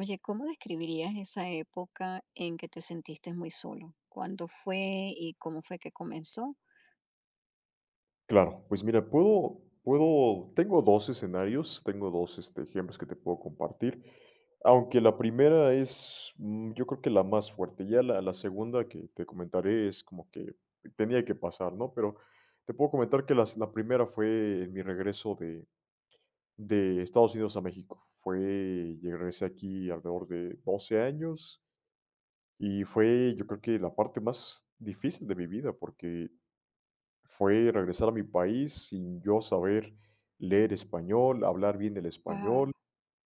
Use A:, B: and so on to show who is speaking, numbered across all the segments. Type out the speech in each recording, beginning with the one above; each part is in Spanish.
A: Oye, ¿cómo describirías esa época en que te sentiste muy solo? ¿Cuándo fue y cómo fue que comenzó?
B: Claro, pues mira, puedo puedo tengo 2 escenarios, tengo 2 ejemplos que te puedo compartir, aunque la primera es, yo creo que la más fuerte, ya la segunda que te comentaré es como que tenía que pasar, ¿no? Pero te puedo comentar que las la primera fue en mi regreso de Estados Unidos a México. Fue llegué regresé aquí alrededor de 12 años y fue, yo creo que la parte más difícil de mi vida, porque fue regresar a mi país sin yo saber leer español, hablar bien del
A: Wow.
B: español,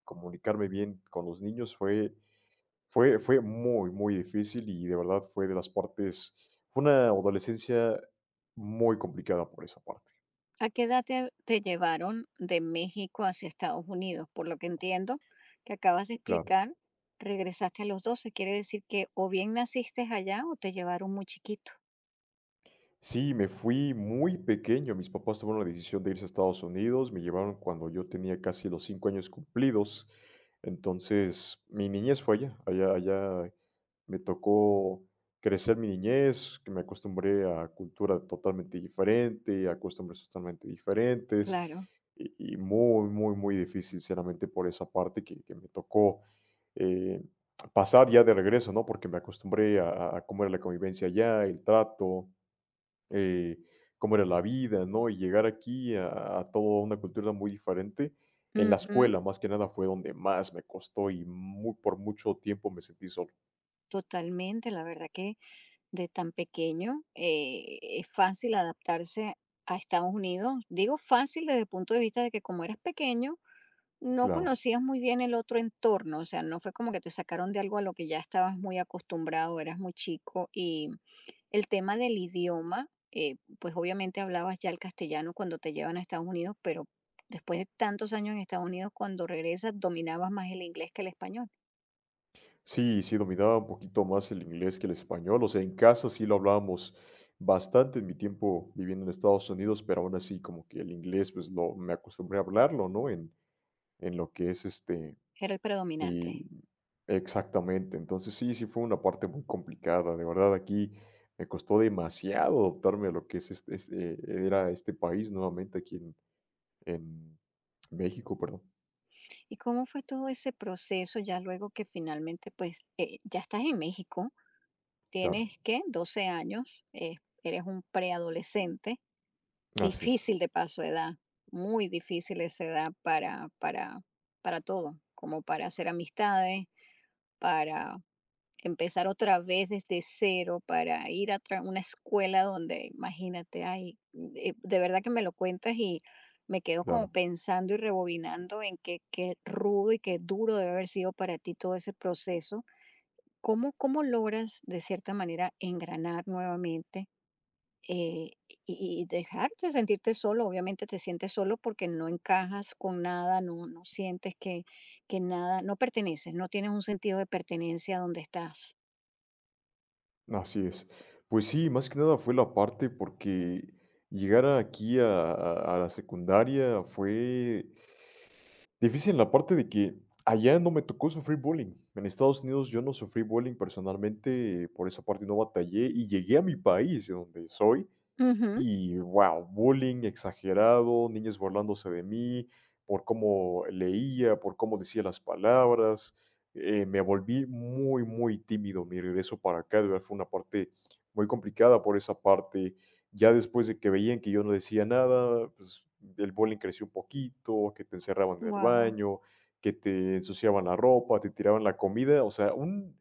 B: comunicarme bien con los niños. Fue muy, muy difícil y de verdad fue de las partes fue una adolescencia muy complicada por esa parte,
A: ¿A qué edad te llevaron de México hacia Estados Unidos? Por lo que entiendo que acabas de
B: claro.
A: explicar, regresaste a los 12. Quiere decir que o bien naciste allá o te llevaron muy chiquito.
B: Sí, me fui muy pequeño. Mis papás tomaron la decisión de irse a Estados Unidos. Me llevaron cuando yo tenía casi los 5 años cumplidos. Entonces, mi niñez fue allá. Allá me tocó crecer mi niñez, que me acostumbré a cultura totalmente diferente, a costumbres totalmente diferentes,
A: Claro.
B: y muy, muy, muy difícil, sinceramente, por esa parte que me tocó eh, pasar ya de regreso, ¿no? Porque me acostumbré a cómo era la convivencia allá, el trato, eh, cómo era la vida, ¿no? Y llegar aquí a toda una cultura muy diferente. En la
A: Ujú.
B: escuela, más que nada, fue donde más me costó y, muy por mucho tiempo, me sentí solo.
A: Totalmente, la verdad que de tan pequeño es fácil adaptarse a Estados Unidos. Digo, fácil desde el punto de vista de que, como eras pequeño, no
B: Claro.
A: conocías muy bien el otro entorno, o sea, no fue como que te sacaron de algo a lo que ya estabas muy acostumbrado, eras muy chico. Y el tema del idioma, pues obviamente hablabas ya el castellano cuando te llevan a Estados Unidos, pero después de tantos años en Estados Unidos, cuando regresas, dominabas más el inglés que el español,
B: Sí, sí, dominaba un poquito más el inglés que el español. O sea, en casa sí lo hablábamos bastante en mi tiempo viviendo en Estados Unidos, pero aún así como que el inglés pues lo me acostumbré a hablarlo, ¿no? En lo que es este,
A: era el predominante.
B: Y exactamente, entonces sí, sí fue una parte muy complicada, de verdad aquí me costó demasiado adaptarme a lo que es este era este país nuevamente aquí en México, perdón,
A: ¿Y cómo fue todo ese proceso ya luego que finalmente, pues, ya estás en México,
B: claro,
A: tienes, ¿qué?, 12 años, eres un preadolescente.
B: así es,
A: Difícil de paso edad, muy difícil esa edad para todo, como para hacer amistades, para empezar otra vez desde cero, para ir a tra una escuela donde, imagínate, ay, de verdad que me lo cuentas y me quedo como
B: claro,
A: pensando y rebobinando en que qué rudo y qué duro debe haber sido para ti todo ese proceso. ¿Cómo logras de cierta manera engranar nuevamente? eh, y dejar de sentirte solo, obviamente te sientes solo porque no encajas con nada, no, no sientes que nada, no perteneces, no tienes un sentido de pertenencia donde estás.
B: así es. Pues sí, más que nada fue la parte porque llegar aquí a la secundaria fue difícil en la parte de que allá no me tocó sufrir bullying. En Estados Unidos yo no sufrí bullying personalmente, por esa parte no batallé y llegué a mi país, de donde soy, y, wow, bullying exagerado, niños burlándose de mí por cómo leía, por cómo decía las palabras. Me volví muy, muy tímido. Mi regreso para acá de verdad fue una parte muy complicada por esa parte. Ya después de que veían que yo no decía nada, pues el bullying creció un poquito, que te encerraban en el
A: Wow,
B: baño, que te ensuciaban la ropa, te tiraban la comida. O sea,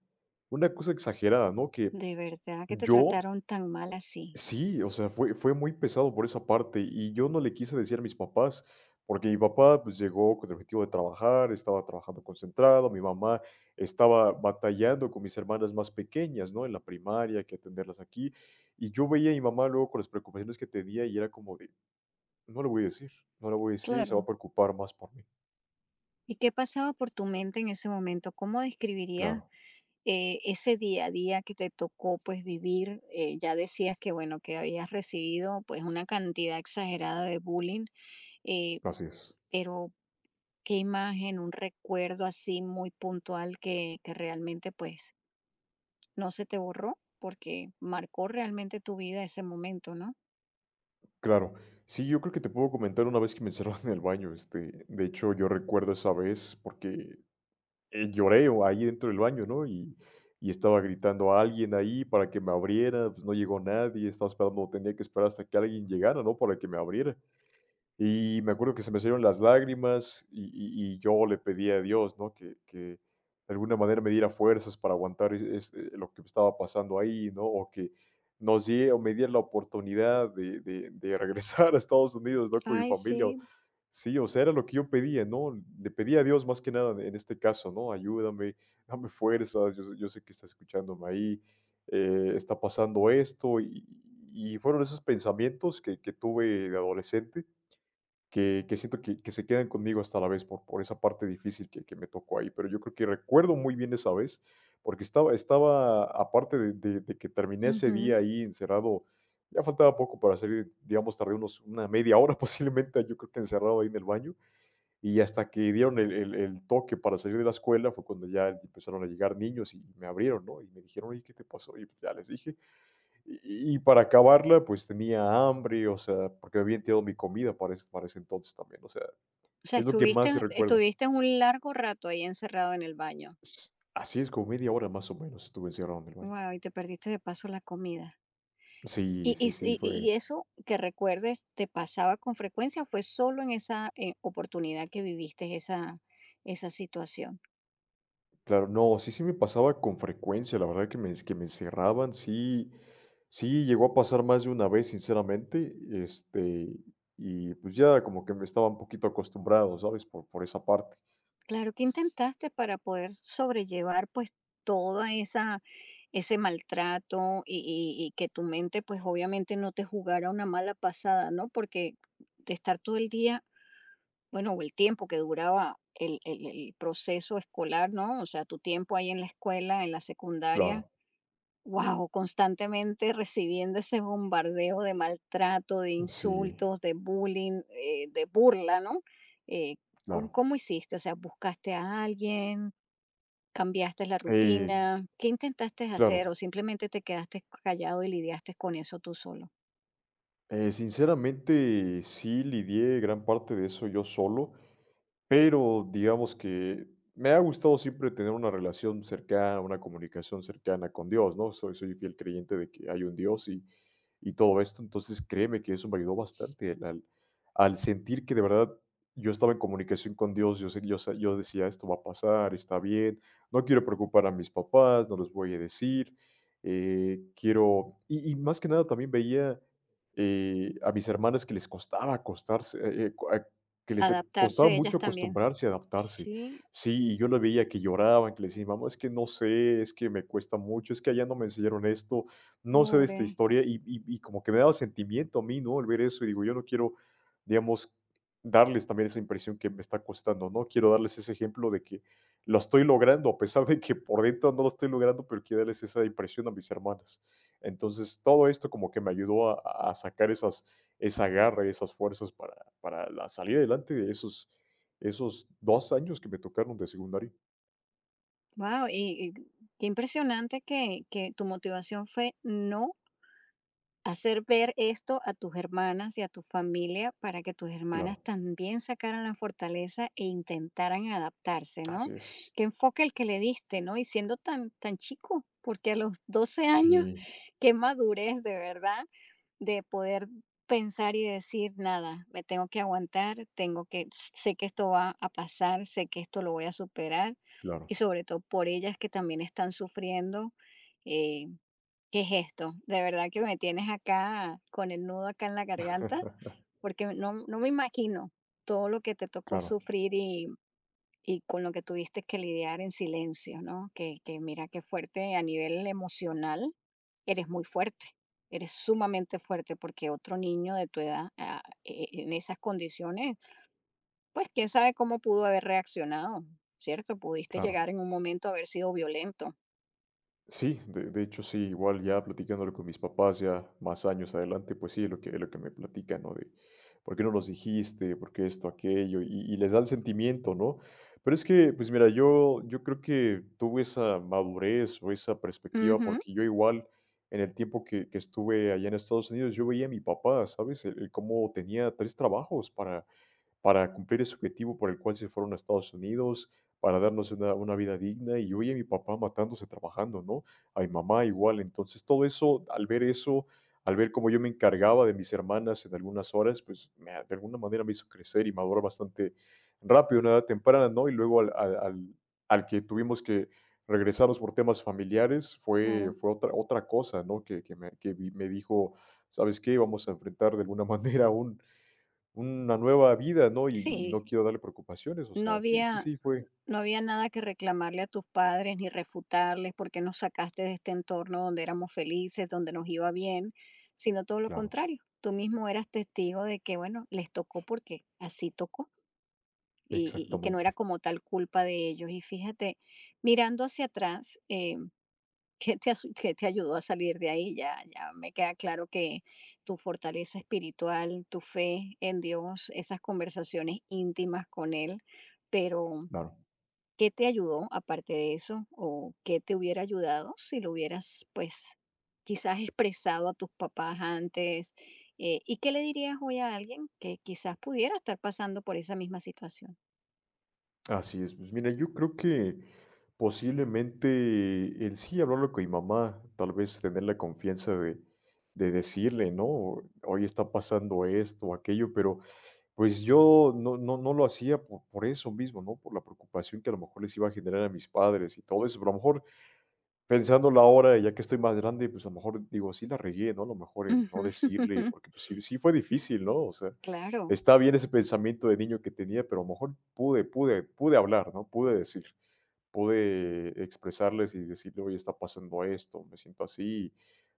B: una cosa exagerada, ¿no? Que
A: de verdad que te
B: yo
A: trataron tan mal así.
B: Sí, o sea, fue muy pesado por esa parte, y yo no le quise decir a mis papás, porque mi papá, pues, llegó con el objetivo de trabajar, estaba trabajando concentrado, mi mamá estaba batallando con mis hermanas más pequeñas, ¿no? En la primaria, que atenderlas aquí, y yo veía a mi mamá luego con las preocupaciones que tenía, y era como de: "No le voy a decir, no le voy a decir, se
A: Claro.
B: va a preocupar más por mí".
A: ¿Y qué pasaba por tu mente en ese momento? ¿Cómo describirías,
B: Claro,
A: ese día a día que te tocó pues vivir? Ya decías que, bueno, que habías recibido pues una cantidad exagerada de bullying, eh,
B: así es.
A: pero qué imagen, un recuerdo así muy puntual que realmente pues no se te borró porque marcó realmente tu vida ese momento, ¿no?
B: Claro. Sí, yo creo que te puedo comentar una vez que me encerraron en el baño, de hecho, yo recuerdo esa vez porque, lloré o ahí dentro del baño, ¿no? Y estaba gritando a alguien ahí para que me abriera, pues no llegó nadie, estaba esperando, tenía que esperar hasta que alguien llegara, ¿no? Para que me abriera. Y me acuerdo que se me salieron las lágrimas y yo le pedí a Dios, ¿no? Que de alguna manera me diera fuerzas para aguantar, lo que me estaba pasando ahí, ¿no? O que nos die o me diera la oportunidad de regresar a Estados Unidos, ¿no? Con mi
A: Ay,
B: familia.
A: sí.
B: Sí, o sea, era lo que yo pedía, ¿no? Le pedía a Dios más que nada en este caso, ¿no? Ayúdame, dame fuerzas, yo sé que está escuchándome ahí, está pasando esto, y fueron esos pensamientos que tuve de adolescente que siento que se quedan conmigo hasta la vez por esa parte difícil que me tocó ahí, pero yo creo que recuerdo muy bien esa vez, porque estaba, aparte de que terminé ese
A: Ujú.
B: día ahí encerrado, ya faltaba poco para salir, digamos, tardé unos una media hora posiblemente, yo creo, que encerrado ahí en el baño, y hasta que dieron el toque para salir de la escuela fue cuando ya empezaron a llegar niños y me abrieron, ¿no? Y me dijeron: "Oye, ¿qué te pasó?". Y ya les dije, y para acabarla, pues, tenía hambre, o sea, porque había tirado mi comida para ese entonces también, o sea,
A: O sea,
B: es lo que
A: estuviste,
B: más recuerdo.
A: estuviste un largo rato ahí encerrado en el baño.
B: S Así es, como media hora más o menos estuve encerrado en el baño.
A: Wow, y te perdiste de paso la comida.
B: Sí,
A: Y,
B: sí, sí,
A: y-
B: fue,
A: y eso que recuerdes te pasaba con frecuencia o fue solo en esa oportunidad que viviste esa, esa situación?
B: claro, no, sí, sí me pasaba con frecuencia, la verdad, que me encerraban, sí llegó a pasar más de una vez, sinceramente, este, y, pues, ya como que me estaba un poquito acostumbrado, ¿sabes? Por esa parte.
A: Claro que intentaste para poder sobrellevar pues toda esa... Ese maltrato y y que tu mente, pues, obviamente no te jugara una mala pasada, ¿no? Porque de estar todo el día, bueno, o el tiempo que duraba el proceso escolar, ¿no? O sea, tu tiempo ahí en la escuela, en la secundaria,
B: Claro.
A: wow, constantemente recibiendo ese bombardeo de maltrato, de
B: Sí,
A: insultos, de bullying, de burla, ¿no? Eh, ¿Cóm
B: claro.
A: cómo hiciste? O sea, ¿buscaste a alguien? ¿Cambiaste la
B: Eh,
A: rutina? ¿Qué intentaste hacer o
B: claro.
A: simplemente te quedaste callado y lidiaste con eso tú solo?
B: Sinceramente, sí lidié gran parte de eso yo solo. Pero digamos que me ha gustado siempre tener una relación cercana, una comunicación cercana con Dios, ¿no? Soy fiel creyente de que hay un Dios y todo esto, entonces créeme que eso me ayudó bastante, al sentir que de verdad yo estaba en comunicación con Dios. Yo, sé- yo, sa- Yo decía, esto va a pasar, está bien, no quiero preocupar a mis papás, no les voy a decir, quiero, y más que nada también veía, a mis hermanas que les costaba acostarse, que les costaba
A: Adaptarse ellas
B: mucho
A: también.
B: acostumbrarse y adaptarse.
A: Sí,
B: Sí, y yo lo veía que lloraban, que le decía: "Mamá, es que no sé, es que me cuesta mucho, es que allá no me enseñaron esto, no sé de esta
A: pobre.
B: historia", y como que me daba sentimiento a mí, ¿no? El ver eso, y digo, yo no quiero, digamos, darles también esa impresión que me está costando, ¿no? Quiero darles ese ejemplo de que lo estoy logrando, a pesar de que por dentro no lo estoy logrando, pero quiero darles esa impresión a mis hermanas. Entonces, todo esto como que me ayudó a sacar esa garra y esas fuerzas para la salir adelante de esos 2 años que me tocaron de secundaria.
A: Wow, y qué impresionante que tu motivación fue no hacer ver esto a tus hermanas y a tu familia para que tus
B: Claro,
A: hermanas también sacaran la fortaleza e intentaran adaptarse,
B: así
A: ¿no?
B: es.
A: Qué enfoque el que le diste, ¿no? Y siendo tan, tan chico, porque a los 12 años,
B: Sí,
A: qué madurez de verdad de poder pensar y decir, nada, me tengo que aguantar, tengo que, sé que esto va a pasar, sé que esto lo voy a superar,
B: claro,
A: y sobre todo por ellas que también están sufriendo. eh, ¿Qué es esto? De verdad que me tienes acá con el nudo acá en la garganta, porque no, no me imagino todo lo que te tocó
B: claro,
A: sufrir y con lo que tuviste que lidiar en silencio, ¿no? Que mira qué fuerte a nivel emocional, eres muy fuerte, eres sumamente fuerte, porque otro niño de tu edad ah, en esas condiciones, pues quién sabe cómo pudo haber reaccionado, ¿cierto? Pudiste
B: claro.
A: llegar en un momento a haber sido violento.
B: Sí, de hecho, sí, igual ya platicándolo con mis papás ya más años adelante, pues sí, lo que me platican, ¿no? De, ¿por qué no nos dijiste? ¿Por qué esto, aquello? Y les da el sentimiento, ¿no? Pero es que, pues mira, yo creo que tuve esa madurez o esa perspectiva,
A: Ujú,
B: porque yo igual en el tiempo que estuve allá en Estados Unidos, yo veía a mi papá, ¿sabes? El cómo tenía 3 trabajos para cumplir ese objetivo por el cual se fueron a Estados Unidos, para darnos una vida digna. Y oye, mi papá matándose trabajando, ¿no? A mi mamá igual. Entonces, todo eso, al ver cómo yo me encargaba de mis hermanas en algunas horas, pues de alguna manera me hizo crecer y madurar bastante rápido, a una edad temprana, ¿no? Y luego al que tuvimos que regresarnos por temas familiares, fue,
A: claro.
B: fue otra, otra cosa, ¿no? Que me, que vi- Me dijo, ¿sabes qué? Vamos a enfrentar de alguna manera una nueva vida, ¿no? Y
A: Sí,
B: no quiero darle preocupaciones, o
A: no
B: sea, sí, sí,
A: había,
B: sí, fue,
A: no había nada que reclamarle a tus padres ni refutarles porque nos sacaste de este entorno donde éramos felices, donde nos iba bien, sino todo lo
B: claro,
A: contrario. Tú mismo eras testigo de que, bueno, les tocó porque así tocó y, y que no era
B: exactamente,
A: como tal culpa de ellos. Y fíjate, mirando hacia atrás, ¿qué, te, asu- qué te ayudó a salir de ahí? Ya, ya me queda claro que tu fortaleza espiritual, tu fe en Dios, esas conversaciones íntimas con Él, pero
B: claro,
A: ¿qué te ayudó aparte de eso? ¿O qué te hubiera ayudado si lo hubieras, pues, quizás expresado a tus papás antes? ¿Y qué le dirías hoy a alguien que quizás pudiera estar pasando por esa misma situación?
B: así es. Pues mira, yo creo que posiblemente el sí hablarlo con mi mamá, tal vez tener la confianza de decirle, ¿no? Hoy está pasando esto o aquello, pero pues yo no lo hacía por eso mismo, ¿no? Por la preocupación que a lo mejor les iba a generar a mis padres y todo eso, pero a lo mejor, pensando la hora, ya que estoy más grande, pues, a lo mejor digo, sí la regué, ¿no? A lo mejor en no
A: Ujú.
B: decirle, porque, pues, sí fue difícil, ¿no? O sea,
A: Claro.
B: está bien ese pensamiento de niño que tenía, pero a lo mejor pude hablar, ¿no? Pude decir, pude expresarles y decirle: "Oye, está pasando esto, me siento así".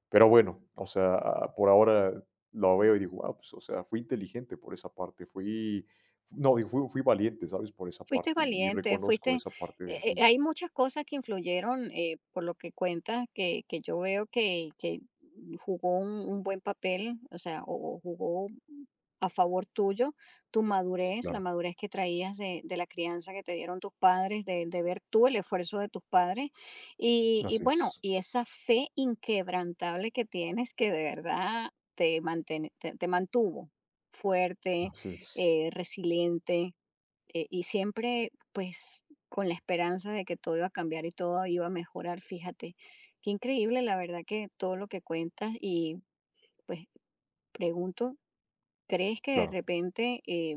B: Pero bueno, o sea, a por ahora lo veo y digo: ah, pues, o sea, fui inteligente por esa parte, fui no, digo, fui valiente, ¿sabes? Por esa
A: Fuiste
B: parte, y
A: valiente,
B: reconozco
A: fuiste,
B: esa parte de niño".
A: hay muchas cosas que influyeron, por lo que cuentas, que yo veo que jugó un buen papel, o sea, o jugó a favor tuyo, tu madurez, la
B: Claro,
A: madurez que traías de la crianza que te dieron tus padres, de ver tú el esfuerzo de tus padres, y
B: así
A: bueno,
B: es,
A: y esa fe inquebrantable que tienes, que de verdad te manten te mantuvo fuerte,
B: así es.
A: resiliente, y siempre, pues, con la esperanza de que todo iba a cambiar y todo iba a mejorar, fíjate. Qué increíble, la verdad, que todo lo que cuentas y pues pregunto, ¿crees que de
B: Claro.
A: repente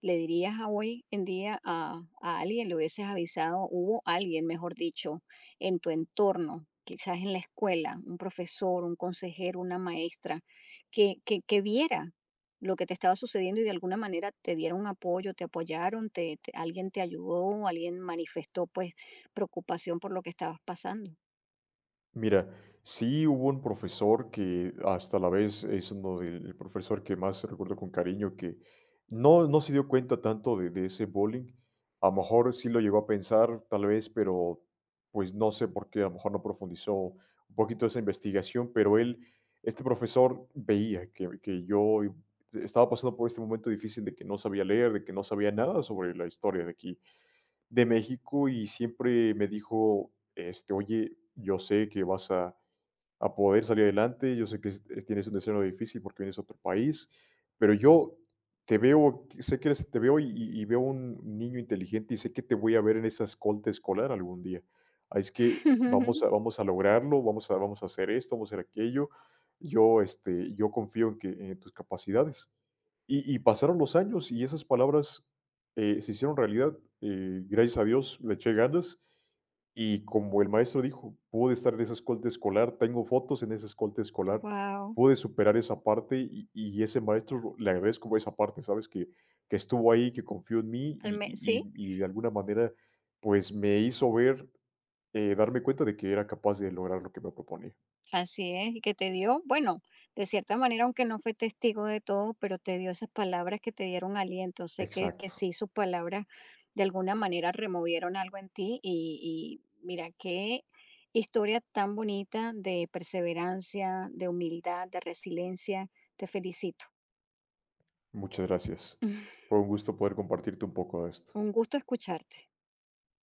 A: ¿le dirías a hoy en día a alguien, le hubieses avisado, hubo alguien, mejor dicho, en tu entorno, quizás en la escuela, un profesor, un consejero, una maestra, que viera lo que te estaba sucediendo y de alguna manera te diera un apoyo, te apoyaron, te- alguien te ayudó, alguien manifestó pues preocupación por lo que estabas pasando?
B: Mira, sí hubo un profesor que hasta la vez es uno del el profesor que más recuerdo con cariño, que no, no se dio cuenta tanto de ese bullying. A lo mejor sí lo llegó a pensar, tal vez, pero pues no sé por qué, a lo mejor no profundizó un poquito esa investigación, pero él, este profesor, veía que yo estaba pasando por este momento difícil, de que no sabía leer, de que no sabía nada sobre la historia de aquí, de México, y siempre me dijo, oye, yo sé que vas a poder salir adelante. Yo sé que tienes un deseo difícil porque vienes a otro país, pero yo te veo, sé que te veo, y veo un niño inteligente, y sé que te voy a ver en esa escolta escolar algún día. Así es que vamos a lograrlo, vamos a hacer esto, vamos a hacer aquello. Yo confío en que en tus capacidades. Y pasaron los años, y esas palabras, se hicieron realidad. Gracias a Dios le eché ganas y, como el maestro dijo, pude estar en esa escolta escolar, tengo fotos en esa escolta escolar,
A: Wow.
B: pude superar esa parte, y ese maestro, le agradezco esa parte, ¿sabes? Que estuvo ahí, que confió en mí, y, y- y-
A: Sí,
B: y de alguna manera, pues, me hizo ver, darme cuenta de que era capaz de lograr lo que me proponía.
A: así es, y que te dio, bueno, de cierta manera, aunque no fue testigo de todo, pero te dio esas palabras que te dieron aliento. Sé que
B: Exacto.
A: sí, sus palabras de alguna manera removieron algo en ti y mira qué historia tan bonita de perseverancia, de humildad, de resiliencia. Te felicito.
B: Muchas gracias. Fue un gusto poder compartirte un poco de esto.
A: Un gusto escucharte.